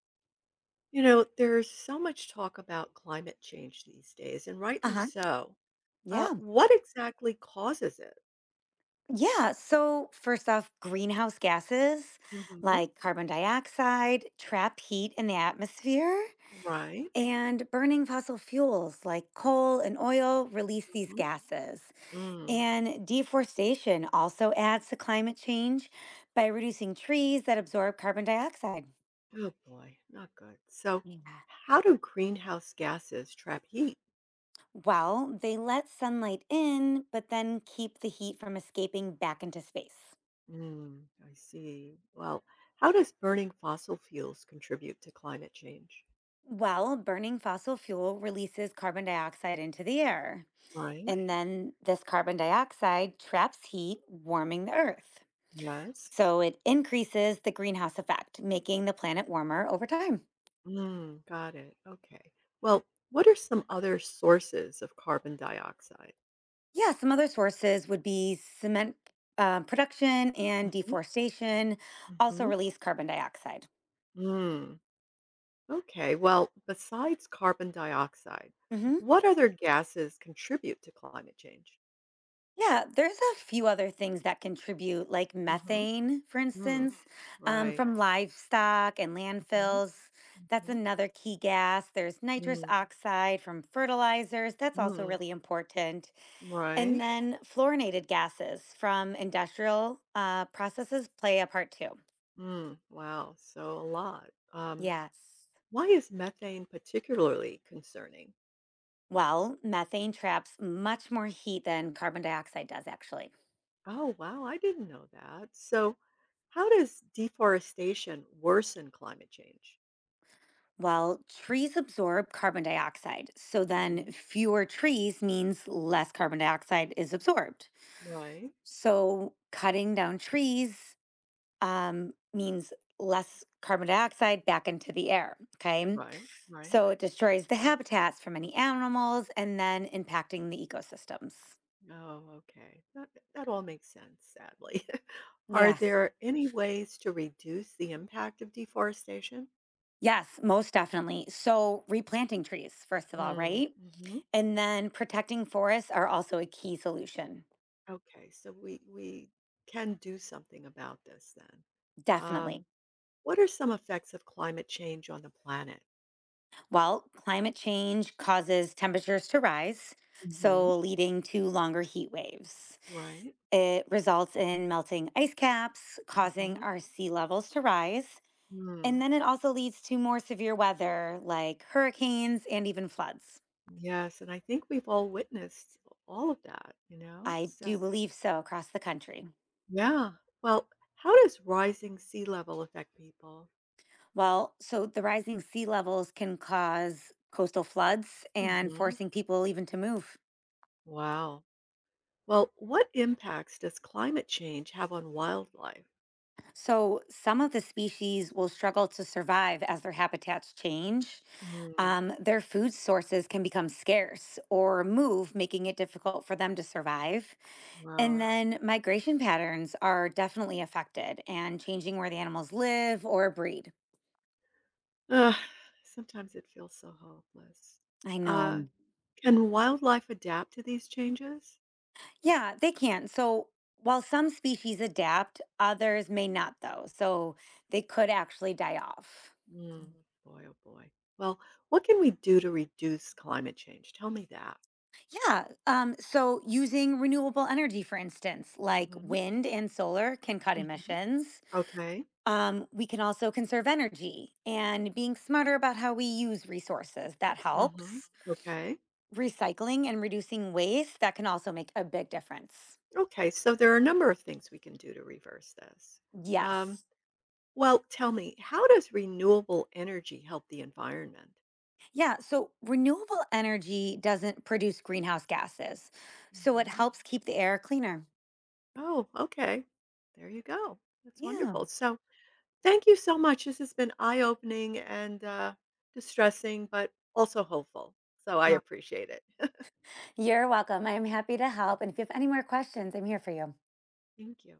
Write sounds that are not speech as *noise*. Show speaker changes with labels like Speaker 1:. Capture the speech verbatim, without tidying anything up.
Speaker 1: You know, there's so much talk about climate change these days, and rightly
Speaker 2: Uh-huh.
Speaker 1: so. Uh,
Speaker 2: Yeah.
Speaker 1: what exactly causes it?
Speaker 2: Yeah. So, first off, greenhouse gases
Speaker 1: hmm
Speaker 2: like carbon dioxide trap heat in the atmosphere,
Speaker 1: Right?
Speaker 2: and burning fossil fuels like coal and oil release these
Speaker 1: hmm
Speaker 2: gases.
Speaker 1: Mm.
Speaker 2: And deforestation also adds to climate change by reducing trees that absorb carbon dioxide.
Speaker 1: Oh boy, not good. So,
Speaker 2: Yeah.
Speaker 1: how do greenhouse gases trap heat?
Speaker 2: Well, they let sunlight in, but then keep the heat from escaping back into space.
Speaker 1: Mm, I see. Well, how does burning fossil fuels contribute to climate change?
Speaker 2: Well, burning fossil fuel releases carbon dioxide into the air.
Speaker 1: Right?
Speaker 2: And then this carbon dioxide traps heat, warming the earth.
Speaker 1: Yes.
Speaker 2: So it increases the greenhouse effect, making the planet warmer over time.
Speaker 1: Mm, got it. Okay. Well, what are some other sources of carbon dioxide?
Speaker 2: Yeah, some other sources would be cement uh, production and
Speaker 1: hmm
Speaker 2: deforestation also
Speaker 1: hmm
Speaker 2: release carbon dioxide.
Speaker 1: Mm, okay. Well, besides carbon dioxide,
Speaker 2: Mhm.
Speaker 1: what other gases contribute to climate change?
Speaker 2: Yeah, there's a few other things that contribute, like
Speaker 1: Mm-hmm.
Speaker 2: methane, for
Speaker 1: Mm,
Speaker 2: instance, um,
Speaker 1: right.
Speaker 2: from livestock and
Speaker 1: Mm-hmm.
Speaker 2: landfills. That's
Speaker 1: Mm-hmm.
Speaker 2: another key gas. There's nitrous
Speaker 1: Mm,
Speaker 2: oxide from fertilizers. That's also
Speaker 1: mm,
Speaker 2: really important. And
Speaker 1: right.
Speaker 2: then fluorinated gases from industrial uh, processes play a part too.
Speaker 1: Mm, wow. So a lot. Um,
Speaker 2: Yes.
Speaker 1: why is methane particularly concerning?
Speaker 2: Well, methane traps much more heat than carbon dioxide does, actually.
Speaker 1: Oh, wow. I didn't know that. So, how does deforestation worsen climate change?
Speaker 2: Well, trees absorb carbon dioxide. So then
Speaker 1: Mm-hmm.
Speaker 2: fewer trees means less carbon dioxide is absorbed.
Speaker 1: Right.
Speaker 2: So cutting down trees um, means less carbon dioxide back into the air. Okay.
Speaker 1: Right. Right.
Speaker 2: So it destroys the habitats for many animals and then impacting the ecosystems.
Speaker 1: Oh, okay. That that all makes sense, sadly. *laughs* Are
Speaker 2: Yes.
Speaker 1: there any ways to reduce the impact of deforestation?
Speaker 2: Yes, most definitely. So replanting trees, first of all,
Speaker 1: Mm,
Speaker 2: right?
Speaker 1: hmm
Speaker 2: And then protecting forests are also a key solution.
Speaker 1: okay, so we we can do something about this then.
Speaker 2: Definitely.
Speaker 1: Um, what are some effects of climate change on the planet?
Speaker 2: Well, climate change causes temperatures to rise,
Speaker 1: hmm
Speaker 2: so leading to longer heat waves.
Speaker 1: Right?
Speaker 2: It results in melting ice caps, causing
Speaker 1: hmm
Speaker 2: our sea levels to rise. And
Speaker 1: Mm.
Speaker 2: then it also leads to more severe weather like hurricanes and even floods.
Speaker 1: Yes, and I think we've all witnessed all of that, you know?
Speaker 2: I do
Speaker 1: So,
Speaker 2: believe so across the country.
Speaker 1: yeah. Well, how does rising sea level affect people?
Speaker 2: Well, so the rising sea levels can cause coastal floods and
Speaker 1: hmm
Speaker 2: forcing people even to move.
Speaker 1: Wow. Well, what impacts does climate change have on wildlife?
Speaker 2: So, some of the species will struggle to survive as their habitats change.
Speaker 1: Mm,
Speaker 2: Um, their food sources can become scarce or move, making it difficult for them to survive. And
Speaker 1: wow.
Speaker 2: then, migration patterns are definitely affected and changing where the animals live or breed.
Speaker 1: Ugh, sometimes it feels so hopeless.
Speaker 2: I
Speaker 1: Uh,
Speaker 2: know.
Speaker 1: can wildlife adapt to these changes?
Speaker 2: Yeah, they can. So, while some species adapt, others may not, though. So, they could actually die off.
Speaker 1: Mm, boy, oh boy. Well, what can we do to reduce climate change? Tell me that.
Speaker 2: Yeah. Um, so using renewable energy, for instance, like
Speaker 1: Mm-hmm.
Speaker 2: wind and solar can cut
Speaker 1: Mm-hmm.
Speaker 2: emissions.
Speaker 1: Okay.
Speaker 2: Um, we can also conserve energy and being smarter about how we use resources. That
Speaker 1: Mm-hmm.
Speaker 2: helps.
Speaker 1: Okay.
Speaker 2: Recycling and reducing waste, that can also make a big difference.
Speaker 1: Okay. So there are a number of things we can do to reverse this. Um,
Speaker 2: Yes.
Speaker 1: Well, tell me, how does renewable energy help the environment?
Speaker 2: Yeah. So renewable energy doesn't produce greenhouse gases. So it
Speaker 1: hmm
Speaker 2: helps keep the air cleaner.
Speaker 1: Oh, okay. There you go. That's
Speaker 2: Yeah.
Speaker 1: wonderful. So, thank you so much. This has been eye opening and uh, distressing, but also hopeful. So, I
Speaker 2: Uh,
Speaker 1: appreciate it. *laughs*
Speaker 2: You're welcome. I'm happy to help. And if you have any more questions, I'm here for you.
Speaker 1: Thank you.